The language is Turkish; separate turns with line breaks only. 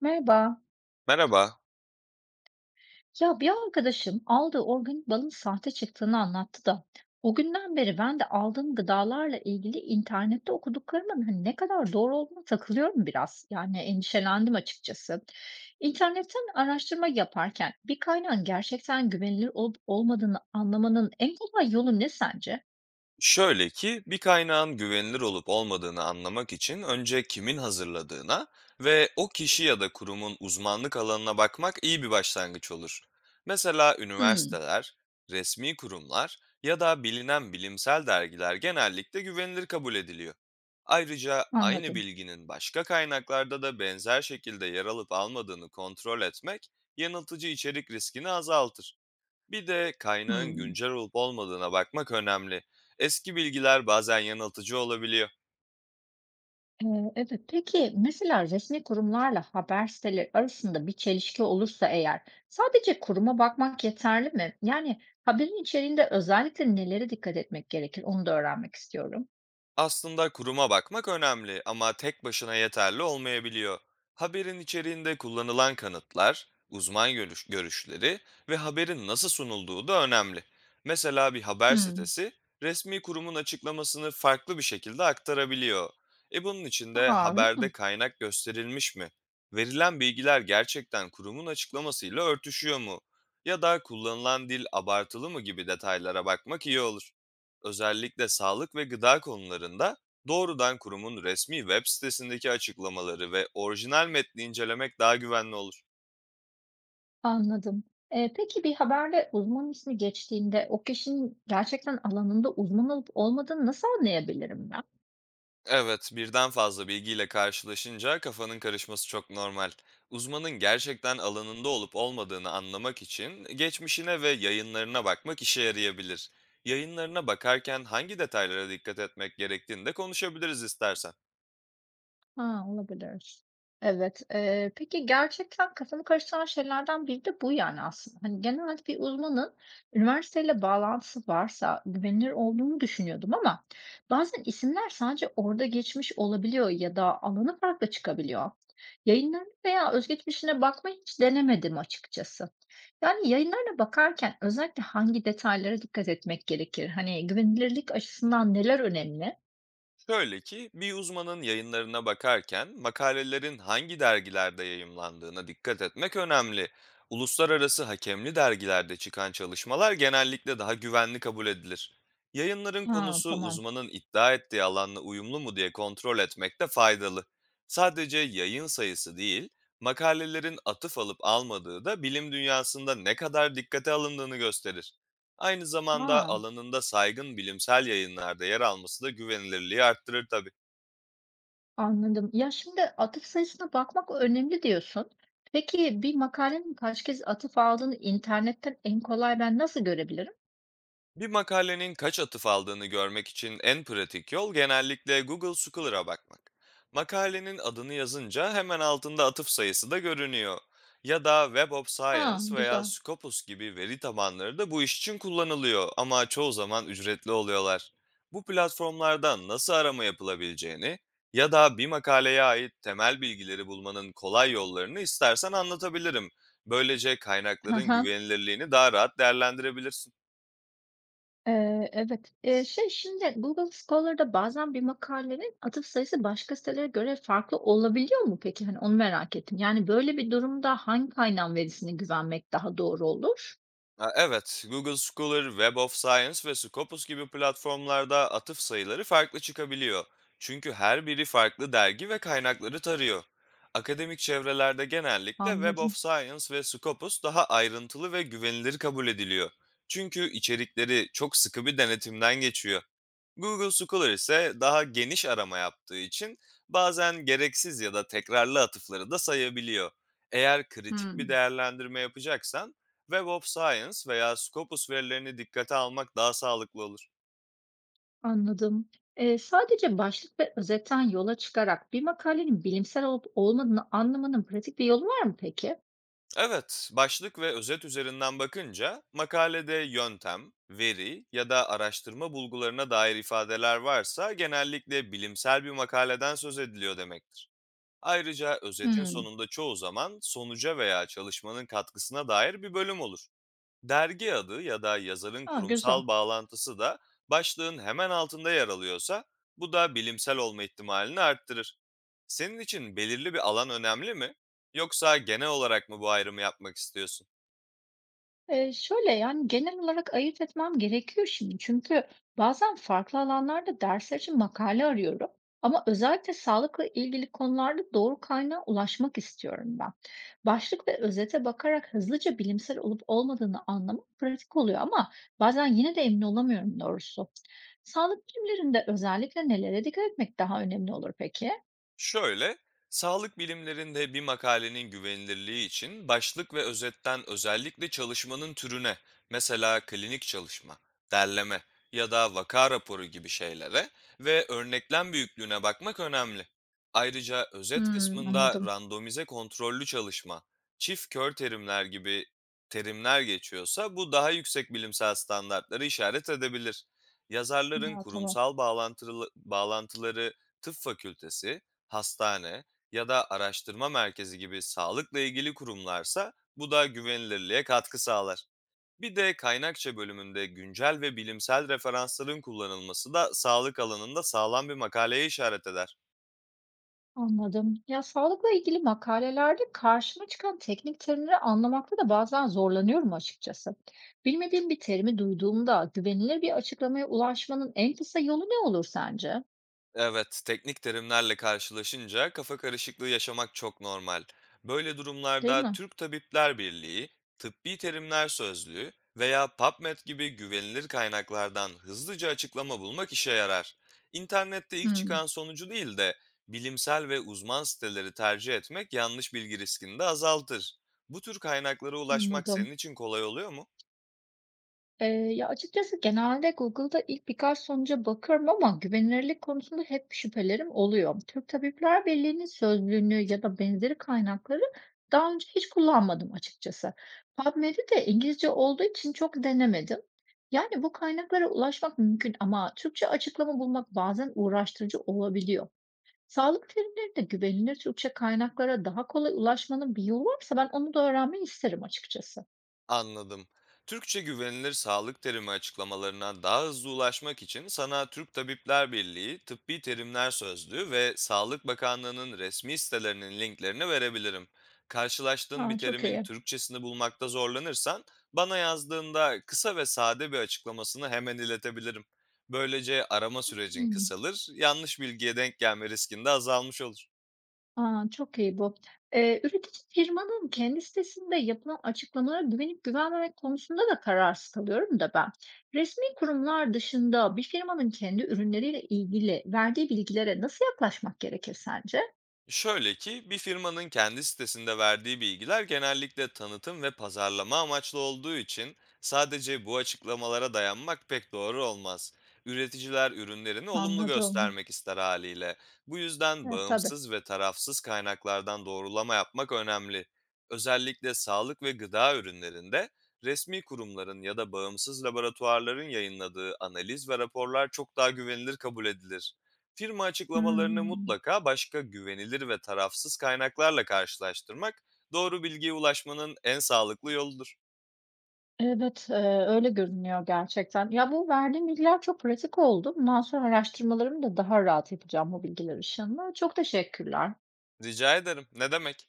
Merhaba.
Merhaba.
Ya bir arkadaşım aldığı organik balın sahte çıktığını anlattı da o günden beri ben de aldığım gıdalarla ilgili internette okuduklarımın hani ne kadar doğru olduğuna takılıyorum biraz. Yani endişelendim açıkçası. İnternetten araştırma yaparken bir kaynağın gerçekten güvenilir olup olmadığını anlamanın en kolay yolu ne sence?
Şöyle ki bir kaynağın güvenilir olup olmadığını anlamak için önce kimin hazırladığına ve o kişi ya da kurumun uzmanlık alanına bakmak iyi bir başlangıç olur. Mesela
Hmm,
üniversiteler, resmi kurumlar ya da bilinen bilimsel dergiler genellikle güvenilir kabul ediliyor. Ayrıca aynı
anladım.
bilginin başka kaynaklarda da benzer şekilde yer alıp almadığını kontrol etmek yanıltıcı içerik riskini azaltır. Bir de kaynağın
Hmm.
güncel olup olmadığına bakmak önemli. Eski bilgiler bazen yanıltıcı olabiliyor.
Evet. Peki, mesela resmi kurumlarla haber siteleri arasında bir çelişki olursa eğer sadece kuruma bakmak yeterli mi? Yani haberin içeriğinde özellikle nelere dikkat etmek gerekir onu da öğrenmek istiyorum.
Aslında kuruma bakmak önemli ama tek başına yeterli olmayabiliyor. Haberin içeriğinde kullanılan kanıtlar, uzman görüşleri ve haberin nasıl sunulduğu da önemli. Mesela bir haber
Hımm.
sitesi resmi kurumun açıklamasını farklı bir şekilde aktarabiliyor. E bunun için de
A, öyle mi?
haberde kaynak gösterilmiş mi? Verilen bilgiler gerçekten kurumun açıklamasıyla örtüşüyor mu? Ya da kullanılan dil abartılı mı gibi detaylara bakmak iyi olur, özellikle sağlık ve gıda konularında doğrudan kurumun resmi web sitesindeki açıklamaları ve orijinal metni incelemek daha güvenli olur.
Anladım. Peki bir haberde uzman ismi geçtiğinde o kişinin gerçekten alanında uzman olup olmadığını nasıl anlayabilirim ben?
Evet, birden fazla bilgiyle karşılaşınca kafanın karışması çok normal. Uzmanın gerçekten alanında olup olmadığını anlamak için geçmişine ve yayınlarına bakmak işe yarayabilir. Yayınlarına bakarken hangi detaylara dikkat etmek gerektiğini de konuşabiliriz istersen.
Ha, olabilir. Evet, peki gerçekten kafamı karıştıran şeylerden biri de bu yani aslında. Hani genelde bir uzmanın üniversiteyle bağlantısı varsa güvenilir olduğunu düşünüyordum ama bazen isimler sadece orada geçmiş olabiliyor ya da alanı farklı çıkabiliyor. Yayınlarına veya özgeçmişine bakmayı hiç denemedim açıkçası. Yani yayınlarına bakarken özellikle hangi detaylara dikkat etmek gerekir? Hani güvenilirlik açısından neler önemli?
Şöyle ki bir uzmanın yayınlarına bakarken makalelerin hangi dergilerde yayımlandığına dikkat etmek önemli. Uluslararası hakemli dergilerde çıkan çalışmalar genellikle daha güvenli kabul edilir. Yayınların
Ha,
konusu
tamam.
uzmanın iddia ettiği alanla uyumlu mu diye kontrol etmek de faydalı. Sadece yayın sayısı değil, makalelerin atıf alıp almadığı da bilim dünyasında ne kadar dikkate alındığını gösterir. Aynı zamanda
Ha.
alanında saygın bilimsel yayınlarda yer alması da güvenilirliği arttırır tabii.
Anladım. Ya, şimdi atıf sayısına bakmak önemli diyorsun. Peki bir makalenin kaç kez atıf aldığını internetten en kolay ben nasıl görebilirim?
Bir makalenin kaç atıf aldığını görmek için en pratik yol genellikle Google Scholar'a bakmak. Makalenin adını yazınca hemen altında atıf sayısı da görünüyor. Ya da Web of
Ha,
Science veya
güzel.
Scopus gibi veri tabanları da bu iş için kullanılıyor ama çoğu zaman ücretli oluyorlar. Bu platformlardan nasıl arama yapılabileceğini ya da bir makaleye ait temel bilgileri bulmanın kolay yollarını istersen anlatabilirim. Böylece
Hı
kaynakların
hı.
güvenilirliğini daha rahat değerlendirebilirsin.
Evet. Şimdi Google Scholar'da bazen bir makalenin atıf sayısı başka sitelere göre farklı olabiliyor mu peki? Hani onu merak ettim. Yani böyle bir durumda hangi kaynağın verisine güvenmek daha doğru olur?
Ha, evet, Google Scholar, Web of Science ve Scopus gibi platformlarda atıf sayıları farklı çıkabiliyor. Çünkü her biri farklı dergi ve kaynakları tarıyor. Akademik çevrelerde genellikle Web of
Anladım.
Science ve Scopus daha ayrıntılı ve güvenilir kabul ediliyor. Çünkü içerikleri çok sıkı bir denetimden geçiyor. Google Scholar ise daha geniş arama yaptığı için bazen gereksiz ya da tekrarlı atıfları da sayabiliyor. Eğer kritik bir
Hmm.
değerlendirme yapacaksan Web of Science veya Scopus verilerini dikkate almak daha sağlıklı olur.
Anladım. Sadece başlık ve özetten yola çıkarak bir makalenin bilimsel olup olmadığını anlamanın pratik bir yolu var mı peki?
Evet, başlık ve özet üzerinden bakınca makalede yöntem, veri ya da araştırma bulgularına dair ifadeler varsa genellikle bilimsel bir makaleden söz ediliyor demektir. Ayrıca özetin
Hmm.
sonunda çoğu zaman sonuca veya çalışmanın katkısına dair bir bölüm olur. Dergi adı ya da yazarın
Aa, güzel.
kurumsal bağlantısı da başlığın hemen altında yer alıyorsa bu da bilimsel olma ihtimalini arttırır. Senin için belirli bir alan önemli mi? Yoksa genel olarak mı bu ayrımı yapmak istiyorsun?
Şöyle yani genel olarak ayırt etmem gerekiyor şimdi. Çünkü bazen farklı alanlarda dersler için makale arıyorum. Ama özellikle sağlıkla ilgili konularda doğru kaynağa ulaşmak istiyorum ben. Başlık ve özete bakarak hızlıca bilimsel olup olmadığını anlamak pratik oluyor ama bazen yine de emin olamıyorum doğrusu. Sağlık bilimlerinde özellikle nelere dikkat etmek daha önemli olur peki?
Şöyle, sağlık bilimlerinde bir makalenin güvenilirliği için başlık ve özetten özellikle çalışmanın türüne, mesela klinik çalışma, derleme ya da vaka raporu gibi şeylere ve örneklem büyüklüğüne bakmak önemli. Ayrıca özet
Hımm,
kısmında
anladım.
randomize kontrollü çalışma, çift kör terimler gibi terimler geçiyorsa bu daha yüksek bilimsel standartları işaret edebilir. Yazarların
Ha, tamam,
kurumsal bağlantıları tıp fakültesi, hastane ya da araştırma merkezi gibi sağlıkla ilgili kurumlarsa bu da güvenilirliğe katkı sağlar. Bir de kaynakça bölümünde güncel ve bilimsel referansların kullanılması da sağlık alanında sağlam bir makaleye işaret eder.
anladım. Ya, sağlıkla ilgili makalelerde karşıma çıkan teknik terimleri anlamakta da bazen zorlanıyorum açıkçası. Bilmediğim bir terimi duyduğumda güvenilir bir açıklamaya ulaşmanın en kısa yolu ne olur sence?
Evet, teknik terimlerle karşılaşınca kafa karışıklığı yaşamak çok normal. Böyle
Değil
durumlarda
mi?
Türk Tabipler Birliği, Tıbbi Terimler Sözlüğü veya PubMed gibi güvenilir kaynaklardan hızlıca açıklama bulmak işe yarar. İnternette ilk
Hımm,
çıkan sonucu değil de bilimsel ve uzman siteleri tercih etmek yanlış bilgi riskini de azaltır. Bu tür kaynaklara ulaşmak
anladım.
senin için kolay oluyor mu?
Eee, ya, açıkçası genelde Google'da ilk birkaç sonuca bakıyorum ama güvenilirlik konusunda hep şüphelerim oluyor. Türk Tabipler Birliği'nin sözlüğünü ya da benzeri kaynakları daha önce hiç kullanmadım açıkçası. PubMed'i de İngilizce olduğu için çok denemedim. Yani bu kaynaklara ulaşmak mümkün ama Türkçe açıklama bulmak bazen uğraştırıcı olabiliyor. Sağlık terimlerinde güvenilir Türkçe kaynaklara daha kolay ulaşmanın bir yolu varsa ben onu da öğrenmeyi isterim açıkçası.
Anladım. Türkçe güvenilir sağlık terimi açıklamalarına daha hızlı ulaşmak için sana Türk Tabipler Birliği, Tıbbi Terimler Sözlüğü ve Sağlık Bakanlığı'nın resmi sitelerinin linklerini verebilirim. Karşılaştığın bir
Ha, çok
terimin
iyi.
Türkçesini bulmakta zorlanırsan, bana yazdığında kısa ve sade bir açıklamasını hemen iletebilirim. Böylece arama sürecin
Hmm.
kısalır, yanlış bilgiye denk gelme riskin de azalmış olur.
A, çok iyi bu. Üretici firmanın kendi sitesinde yapılan açıklamalara güvenip güvenmemek konusunda da kararsız kalıyorum da ben. Resmi kurumlar dışında bir firmanın kendi ürünleriyle ilgili verdiği bilgilere nasıl yaklaşmak gerekir sence?
Şöyle ki bir firmanın kendi sitesinde verdiği bilgiler genellikle tanıtım ve pazarlama amaçlı olduğu için sadece bu açıklamalara dayanmak pek doğru olmaz. Üreticiler ürünlerini olumlu
Anladım.
göstermek ister haliyle. Bu yüzden
E, tabii.
bağımsız ve tarafsız kaynaklardan doğrulama yapmak önemli. Özellikle sağlık ve gıda ürünlerinde resmi kurumların ya da bağımsız laboratuvarların yayınladığı analiz ve raporlar çok daha güvenilir kabul edilir. Firma açıklamalarını
Hımm.
mutlaka başka güvenilir ve tarafsız kaynaklarla karşılaştırmak, doğru bilgiye ulaşmanın en sağlıklı yoludur.
Evet, öyle görünüyor gerçekten. Ya, bu verdiğim bilgiler çok pratik oldu. Bundan sonra araştırmalarımı da daha rahat yapacağım bu bilgiler ışığında. Çok teşekkürler.
Rica ederim. Ne demek?